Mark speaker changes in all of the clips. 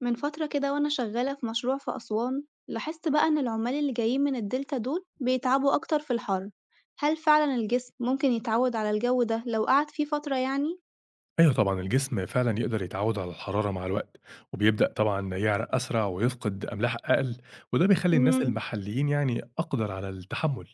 Speaker 1: من فترة كده وأنا شغالة في مشروع في أسوان لاحظت بقى إن العمال اللي جايين من الدلتا دول بيتعبوا أكتر في الحر، هل فعلا الجسم ممكن يتعود على الجو ده لو قعد فيه فترة يعني؟
Speaker 2: أيوه طبعًا، الجسم فعلًا يقدر يتعوّد على الحرارة مع الوقت، وبيبدأ طبعًا يعرق أسرع ويفقد أملاح أقل، وده بيخلّي الناس
Speaker 1: مم.
Speaker 2: المحليين يعني أقدر على التحمُّل.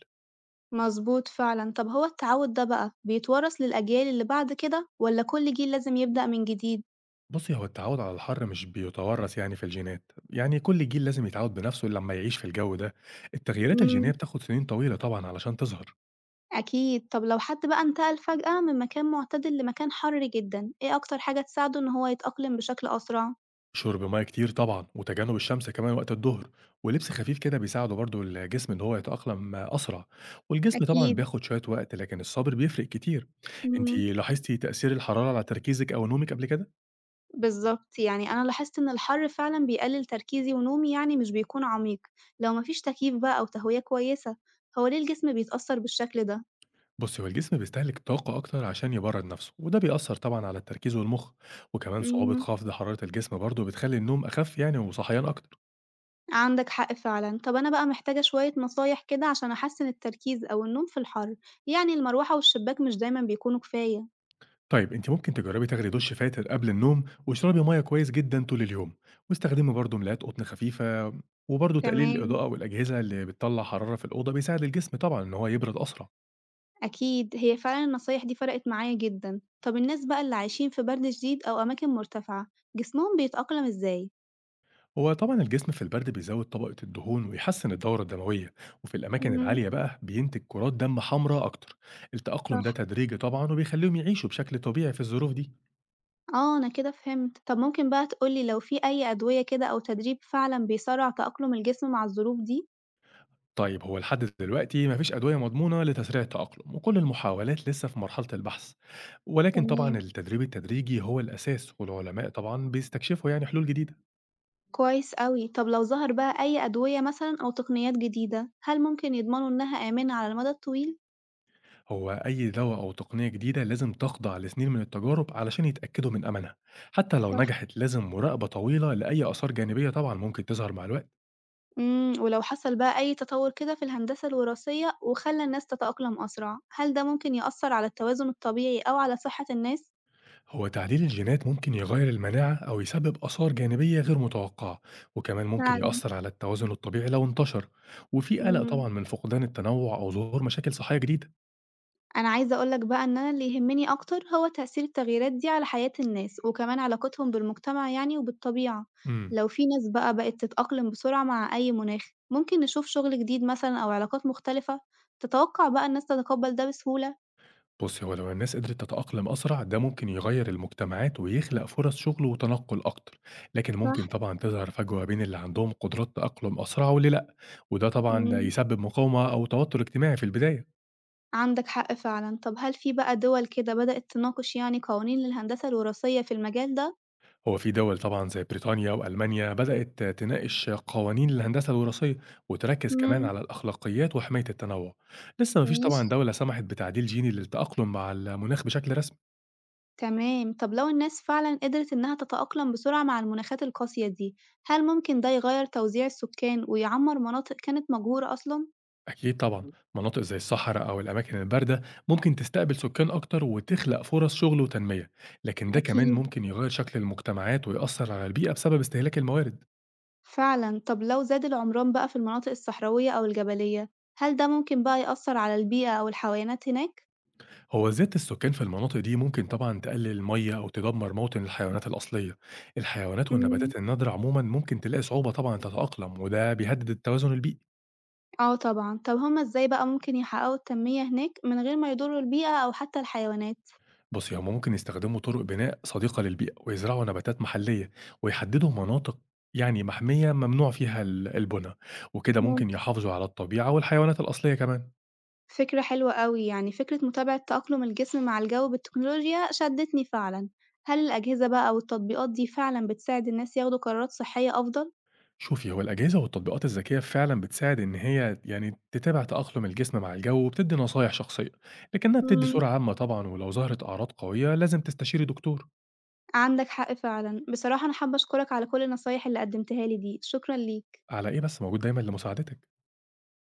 Speaker 1: مظبوط فعلا، طب هو التعود ده بقى بيتورث للأجيال اللي بعد كده ولا كل جيل لازم يبدأ من جديد؟
Speaker 2: بُصّي، هو التعوّد على الحر مش بيتوّرث يعني في الجينات، يعني كل جيل لازم يتعوّد بنفسه لمّا يعيش في الجو ده. التغييرات الجينية
Speaker 1: مم.
Speaker 2: بتاخد سنين طويلة طبعًا علشان تظهر.
Speaker 1: أكيد، طب لو حد بقى انتقل فجأة من مكان معتدل لمكان حر جدا، إيه أكتر حاجة تساعده إن هو يتأقلم بشكل أسرع؟
Speaker 2: شرب مَيّة كتير طبعًا، وتجنُّب الشمس كمان وقت الضُّهر، ولبس خفيف كده بيساعده برضه الجسم إن هو يتأقلم أسرع، والجسم طبعًا
Speaker 1: أكيد.
Speaker 2: بياخد شوية وقت لكن الصبر بيفرق كتير. أنتِ
Speaker 1: مم.
Speaker 2: لاحظتِ تأثير الحرارة على تركيزِك أو نومِك قبل كده؟
Speaker 1: بالضبط، يعني أنا لاحظت إن الحر فعلًا بيقلل تركيزي ونومي يعني مش بيكون عميق، لو ما فيش تكييف بقى أو تهوية كويسة، هو ليه الجسم بيتأثّر بالشكل ده؟
Speaker 2: بُصّي، هو الجسم بيستهلك طاقة أكتر عشان يبرّد نَفْسه، وده بيأثّر طبعًا على التركيز والمُخ، وكمان صعوبة
Speaker 1: إمم،
Speaker 2: خفض حرارة الجسم برضه بتخلّي النوم أخَف يعني وصحيان أكتر.
Speaker 1: عندك حق فعلًا، طب أنا بقى محتاجة شوية نصايح كده عشان أحسّن التركيز أو النوم في الحر، يعني المروحة والشباك مش دايمًا بيكونوا كفاية.
Speaker 2: طيب انت ممكن تجربي تاخدي دش فاتر قبل النوم، واشربي ميه كويس جدا طول اليوم، واستخدمي برضه ملايات قطن خفيفه، وبرضه تقليل
Speaker 1: تمام،
Speaker 2: الاضاءه والاجهزه اللي بتطلع حراره في الاوضه بيساعد الجسم طبعا ان هو يبرد اسرع.
Speaker 1: أكيد، هي فعلًا النصايح دي فرقت معايا جدًا. طب الناس بقى اللي عايشين في برد شديد أو أماكن مرتفعة، جسمهم بيتأقلم إزاي؟
Speaker 2: هو طبعا الجسم في البرد بيزود طبقه الدهون ويحسن الدوره الدمويه، وفي الاماكن
Speaker 1: إمم.
Speaker 2: العاليه بقى بينتج كرات دم حمراء اكتر. التاقلم ده
Speaker 1: صح.
Speaker 2: تدريجي طبعا وبيخليهم يعيشوا بشكل طبيعي في الظروف دي.
Speaker 1: آه، أنا كده فهمت. طب ممكن بقى تقول لي لو في أي أدوية كده أو تدريب فعلًا بيسرّع تأقلم الجسم مع الظروف دي؟
Speaker 2: طيب، هو لحد دلوقتي مفيش أدوية مضمونة لتسريع التأقلم وكل المحاولات لسه في مرحلة البحث، ولكن طبعا
Speaker 1: تمام،
Speaker 2: التدريب التدريجي هو الأساس والعلماء طبعا بيستكشفوا يعني حلول جديدة.
Speaker 1: كويس أوي. طب لو ظهر بقى أي أدوية مثلًا أو تقنيات جديدة، هل ممكن يضمنوا إنها آمنة على المدى الطويل؟
Speaker 2: هو أي دواء أو تقنية جديدة لازم تخضع لسنين من التجارب علشان يتأكدوا من أمنها، حتى لو
Speaker 1: صح.
Speaker 2: نجحت لازم مراقبة طويلة لأي آثار جانبية طبعا ممكن تظهر مع الوقت.
Speaker 1: إمم، ولو حصل بقى أي تطور كده في الهندسة الوراثية وخلّى الناس تتأقلم أسرع، هل ده ممكن يأثر على التوازن الطبيعي أو على صحة الناس؟
Speaker 2: هو تعديل الجينات ممكن يغير المناعة أو يسبب آثار جانبية غير متوقعة، وكمان ممكن
Speaker 1: فعلًا.
Speaker 2: يأثر على التوازن الطبيعي لو انتشر، وفي قلق
Speaker 1: إمم.
Speaker 2: طبعا من فقدان التنوع أو ظهور مشاكل صحية جديدة.
Speaker 1: أنا عايزة أقول لك بقى إن أنا اللي يهمني أكتر هو تأثير التغييرات دي على حياة الناس، وكمان علاقتهم بالمجتمع يعني وبالطبيعة،
Speaker 2: امم.
Speaker 1: لو في ناس بقى بقت تتأقلم بسرعة مع أي مناخ، ممكن نشوف شغل جديد مثلًا أو علاقات مختلفة، تتوقع بقى الناس تتقبل ده بسهولة؟
Speaker 2: بص، هو لو الناس قدرت تتأقلم أسرع ده ممكن يغير المجتمعات ويخلق فرص شغل وتنقل أكتر، لكن
Speaker 1: صح.
Speaker 2: ممكن طبعا تظهر فجوة بين اللي عندهم قدرات تأقلم أسرع واللي لأ، وده طبعا
Speaker 1: إمم،
Speaker 2: يسبب مقاومة أو توتر اجتماعي في البداية.
Speaker 1: عندك حق فعلًا، طب هل في بقى دول كده بدأت تناقش يعني قوانين للهندسة الوراثية في المجال ده؟
Speaker 2: هو في دول طبعًا زي بريطانيا وألمانيا بدأت تناقش قوانين الهندسة الوراثية، وتركز كمان
Speaker 1: إمم.
Speaker 2: على الأخلاقيات وحماية التنوع. لسه ما فيش
Speaker 1: ماشي.
Speaker 2: طبعًا دولة سمحت بتعديل جيني للتأقلم مع المناخ بشكل رسمي.
Speaker 1: تمام، طب لو الناس فعلا قدرت إنها تتأقلم بسرعة مع المناخات القاسية دي، هل ممكن ده يغير توزيع السكان ويعمر مناطق كانت مجهورة أصلا؟
Speaker 2: أكيد طبعًا، مناطق زي الصحراء أو الأماكن الباردة ممكن تستقبل سكان أكتر وتخلق فرص شغل وتنمية، لكن ده كمان
Speaker 1: أكيد.
Speaker 2: ممكن يغير شكل المجتمعات ويأثر على البيئة بسبب استهلاك الموارد.
Speaker 1: فعلا، طب لو زاد العمران بقى في المناطق الصحراوية أو الجبلية، هل ده ممكن بقى يأثر على البيئة أو الحيوانات هناك؟
Speaker 2: هو زيادة السكان في المناطق دي ممكن طبعا تقلل المية أو تدمر موطن الحيوانات الأصلية، الحيوانات
Speaker 1: مم.
Speaker 2: والنباتات النادرة عموما ممكن تلاقي صعوبة طبعا تتأقلم وده بيهدد التوازن البيئي.
Speaker 1: اه طبعا، طب هما ازاي بقى ممكن يحققوا التنمية هناك من غير ما يضروا البيئة أو حتى الحيوانات؟
Speaker 2: بصي، هم ممكن يستخدموا طرق بناء صديقة للبيئة ويزرعوا نباتات محلية، ويحددوا مناطق يعني محمية ممنوع فيها البناء، وكده ممكن يحافظوا على الطبيعة والحيوانات الأصلية كمان.
Speaker 1: فكرة حلوة أوي، يعني فكرة متابعة تأقلم الجسم مع الجو بالتكنولوجيا شدّتني فعلًا، هل الأجهزة بقى والتطبيقات دي فعلًا بتساعد الناس ياخدوا قرارات صحية أفضل؟
Speaker 2: شوفي، هو الأجهزة والتطبيقات الذكية فعلًا بتساعد إن هي يعني تتابع تأقلم الجسم مع الجو وبتدي نصايح شخصية، لكنها بتدي صورة
Speaker 1: إمم،
Speaker 2: عامة طبعًا ولو ظهرت أعراض قوية لازم تستشيري دكتور.
Speaker 1: عندك حق فعلًا، بصراحة أنا حابة أشكرك على كل النصايح اللي قدّمتها لي دي، شكرًا ليك.
Speaker 2: على إيه بس، موجود دايمًا لمساعدتِك.